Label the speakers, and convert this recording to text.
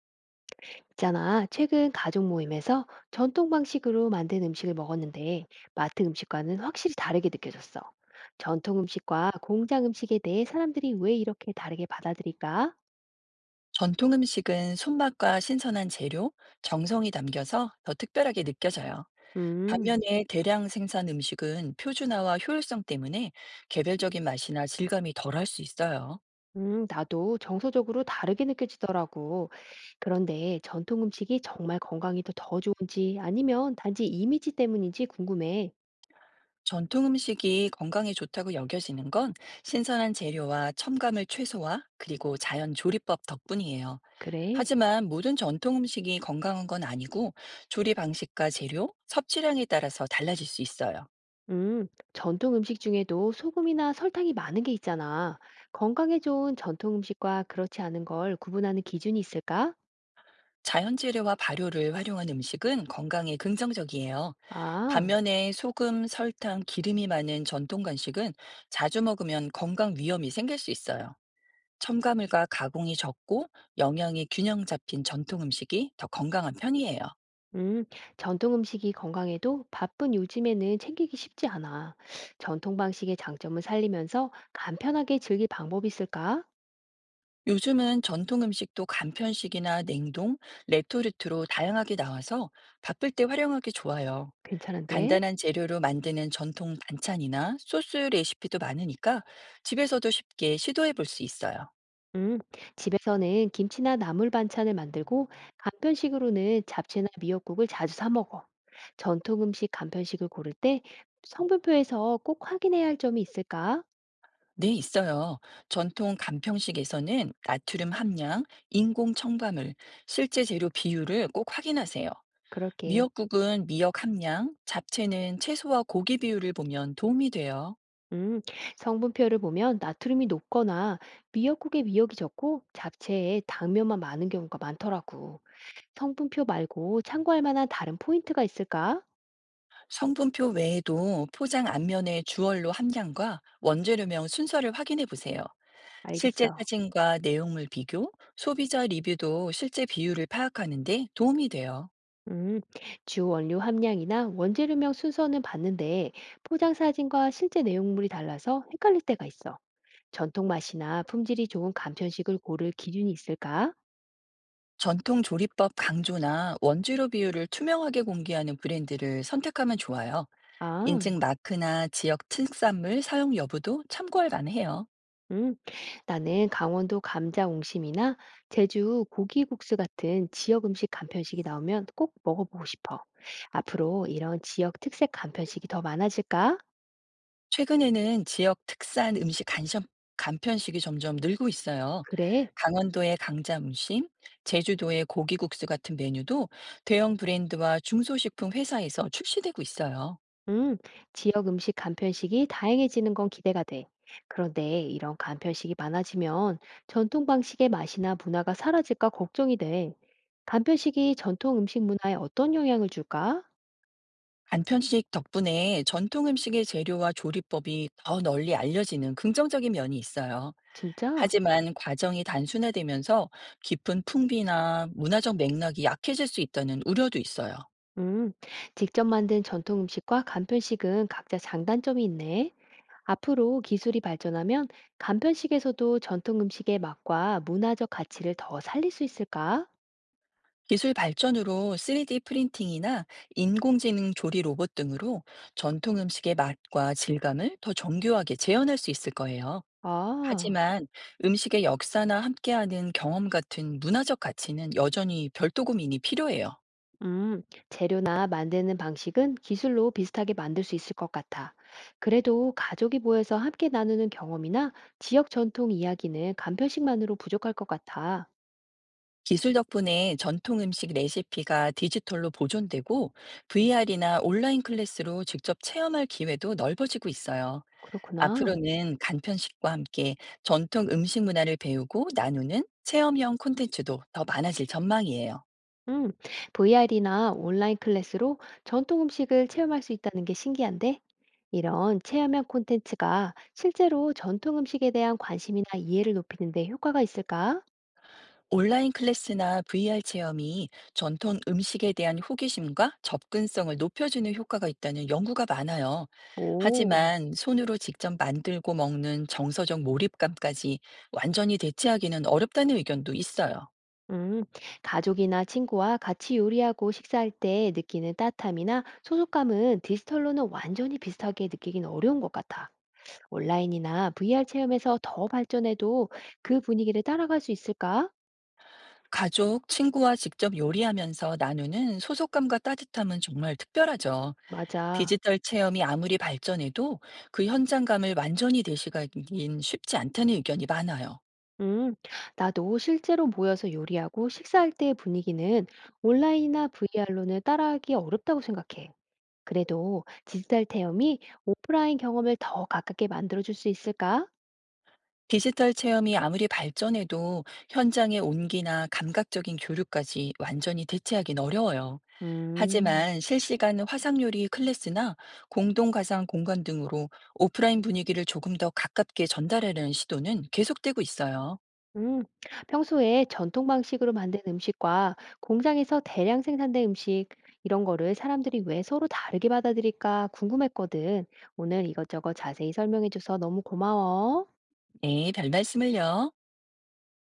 Speaker 1: 있잖아, 최근 가족 모임에서 전통 방식으로 만든 음식을 먹었는데 마트 음식과는 확실히 다르게 느껴졌어. 전통 음식과 공장 음식에 대해 사람들이 왜 이렇게 다르게 받아들일까?
Speaker 2: 전통 음식은 손맛과 신선한 재료, 정성이 담겨서 더 특별하게 느껴져요.
Speaker 1: 음,
Speaker 2: 반면에 대량 생산 음식은 표준화와 효율성 때문에 개별적인 맛이나 질감이 덜할 수 있어요.
Speaker 1: 나도 정서적으로 다르게 느껴지더라고. 그런데 전통 음식이 정말 건강이 더 좋은지 아니면 단지 이미지 때문인지 궁금해.
Speaker 2: 전통 음식이 건강에 좋다고 여겨지는 건 신선한 재료와 첨가물 최소화, 그리고 자연 조리법 덕분이에요.
Speaker 1: 그래.
Speaker 2: 하지만 모든 전통 음식이 건강한 건 아니고, 조리 방식과 재료, 섭취량에 따라서 달라질 수 있어요.
Speaker 1: 음, 전통 음식 중에도 소금이나 설탕이 많은 게 있잖아. 건강에 좋은 전통 음식과 그렇지 않은 걸 구분하는 기준이 있을까?
Speaker 2: 자연 재료와 발효를 활용한 음식은 건강에 긍정적이에요.
Speaker 1: 아,
Speaker 2: 반면에 소금, 설탕, 기름이 많은 전통 간식은 자주 먹으면 건강 위험이 생길 수 있어요. 첨가물과 가공이 적고 영양이 균형 잡힌 전통 음식이 더 건강한 편이에요.
Speaker 1: 음, 전통 음식이 건강에도 바쁜 요즘에는 챙기기 쉽지 않아. 전통 방식의 장점을 살리면서 간편하게 즐길 방법이 있을까?
Speaker 2: 요즘은 전통 음식도 간편식이나 냉동, 레토르트로 다양하게 나와서 바쁠 때 활용하기 좋아요.
Speaker 1: 괜찮은데?
Speaker 2: 간단한 재료로 만드는 전통 반찬이나 소스 레시피도 많으니까 집에서도 쉽게 시도해 볼 수 있어요.
Speaker 1: 음, 집에서는 김치나 나물 반찬을 만들고 간편식으로는 잡채나 미역국을 자주 사 먹어. 전통 음식 간편식을 고를 때 성분표에서 꼭 확인해야 할 점이 있을까?
Speaker 2: 네, 있어요. 전통 간편식에서는 나트륨 함량, 인공 첨가물, 실제 재료 비율을 꼭 확인하세요.
Speaker 1: 그럴게.
Speaker 2: 미역국은 미역 함량, 잡채는 채소와 고기 비율을 보면 도움이 돼요.
Speaker 1: 음, 성분표를 보면 나트륨이 높거나 미역국에 미역이 적고 잡채에 당면만 많은 경우가 많더라고. 성분표 말고 참고할 만한 다른 포인트가 있을까?
Speaker 2: 성분표 외에도 포장 앞면의 주얼로 함량과 원재료명 순서를 확인해 보세요. 실제
Speaker 1: 알겠어.
Speaker 2: 사진과 내용물 비교, 소비자 리뷰도 실제 비율을 파악하는데 도움이 돼요.
Speaker 1: 음, 주 원료 함량이나 원재료명 순서는 봤는데 포장 사진과 실제 내용물이 달라서 헷갈릴 때가 있어. 전통 맛이나 품질이 좋은 간편식을 고를 기준이 있을까?
Speaker 2: 전통 조리법 강조나 원재료 비율을 투명하게 공개하는 브랜드를 선택하면 좋아요.
Speaker 1: 아,
Speaker 2: 인증 마크나 지역 특산물 사용 여부도 참고할 만해요.
Speaker 1: 음, 나는 강원도 감자 옹심이나 제주 고기국수 같은 지역 음식 간편식이 나오면 꼭 먹어보고 싶어. 앞으로 이런 지역 특색 간편식이 더 많아질까?
Speaker 2: 최근에는 지역 특산 음식 간 간편식이 점점 늘고 있어요.
Speaker 1: 그래.
Speaker 2: 강원도의 강자무심, 제주도의 고기국수 같은 메뉴도 대형 브랜드와 중소식품 회사에서 출시되고 있어요.
Speaker 1: 음, 지역 음식 간편식이 다양해지는 건 기대가 돼. 그런데 이런 간편식이 많아지면 전통 방식의 맛이나 문화가 사라질까 걱정이 돼. 간편식이 전통 음식 문화에 어떤 영향을 줄까?
Speaker 2: 간편식 덕분에 전통 음식의 재료와 조리법이 더 널리 알려지는 긍정적인 면이 있어요.
Speaker 1: 진짜?
Speaker 2: 하지만 과정이 단순화되면서 깊은 풍미나 문화적 맥락이 약해질 수 있다는 우려도 있어요.
Speaker 1: 음, 직접 만든 전통 음식과 간편식은 각자 장단점이 있네. 앞으로 기술이 발전하면 간편식에서도 전통 음식의 맛과 문화적 가치를 더 살릴 수 있을까?
Speaker 2: 기술 발전으로 3D 프린팅이나 인공지능 조리 로봇 등으로 전통 음식의 맛과 질감을 더 정교하게 재현할 수 있을 거예요.
Speaker 1: 아.
Speaker 2: 하지만 음식의 역사나 함께하는 경험 같은 문화적 가치는 여전히 별도 고민이 필요해요.
Speaker 1: 음, 재료나 만드는 방식은 기술로 비슷하게 만들 수 있을 것 같아. 그래도 가족이 모여서 함께 나누는 경험이나 지역 전통 이야기는 간편식만으로 부족할 것 같아.
Speaker 2: 기술 덕분에 전통 음식 레시피가 디지털로 보존되고, VR이나 온라인 클래스로 직접 체험할 기회도 넓어지고 있어요.
Speaker 1: 그렇구나.
Speaker 2: 앞으로는 간편식과 함께 전통 음식 문화를 배우고 나누는 체험형 콘텐츠도 더 많아질 전망이에요.
Speaker 1: 음, VR이나 온라인 클래스로 전통 음식을 체험할 수 있다는 게 신기한데, 이런 체험형 콘텐츠가 실제로 전통 음식에 대한 관심이나 이해를 높이는 데 효과가 있을까?
Speaker 2: 온라인 클래스나 VR 체험이 전통 음식에 대한 호기심과 접근성을 높여주는 효과가 있다는 연구가 많아요.
Speaker 1: 오.
Speaker 2: 하지만 손으로 직접 만들고 먹는 정서적 몰입감까지 완전히 대체하기는 어렵다는 의견도 있어요.
Speaker 1: 음, 가족이나 친구와 같이 요리하고 식사할 때 느끼는 따뜻함이나 소속감은 디지털로는 완전히 비슷하게 느끼긴 어려운 것 같아. 온라인이나 VR 체험에서 더 발전해도 그 분위기를 따라갈 수 있을까?
Speaker 2: 가족, 친구와 직접 요리하면서 나누는 소속감과 따뜻함은 정말 특별하죠.
Speaker 1: 맞아.
Speaker 2: 디지털 체험이 아무리 발전해도 그 현장감을 완전히 대시하기는 쉽지 않다는 의견이 많아요.
Speaker 1: 음, 나도 실제로 모여서 요리하고 식사할 때의 분위기는 온라인이나 VR로는 따라하기 어렵다고 생각해. 그래도 디지털 체험이 오프라인 경험을 더 가깝게 만들어줄 수 있을까?
Speaker 2: 디지털 체험이 아무리 발전해도 현장의 온기나 감각적인 교류까지 완전히 대체하긴 어려워요.
Speaker 1: 음.
Speaker 2: 하지만 실시간 화상 요리 클래스나 공동 가상 공간 등으로 오프라인 분위기를 조금 더 가깝게 전달하려는 시도는 계속되고 있어요.
Speaker 1: 음, 평소에 전통 방식으로 만든 음식과 공장에서 대량 생산된 음식, 이런 거를 사람들이 왜 서로 다르게 받아들일까 궁금했거든. 오늘 이것저것 자세히 설명해줘서 너무 고마워.
Speaker 2: 네, 별 말씀을요.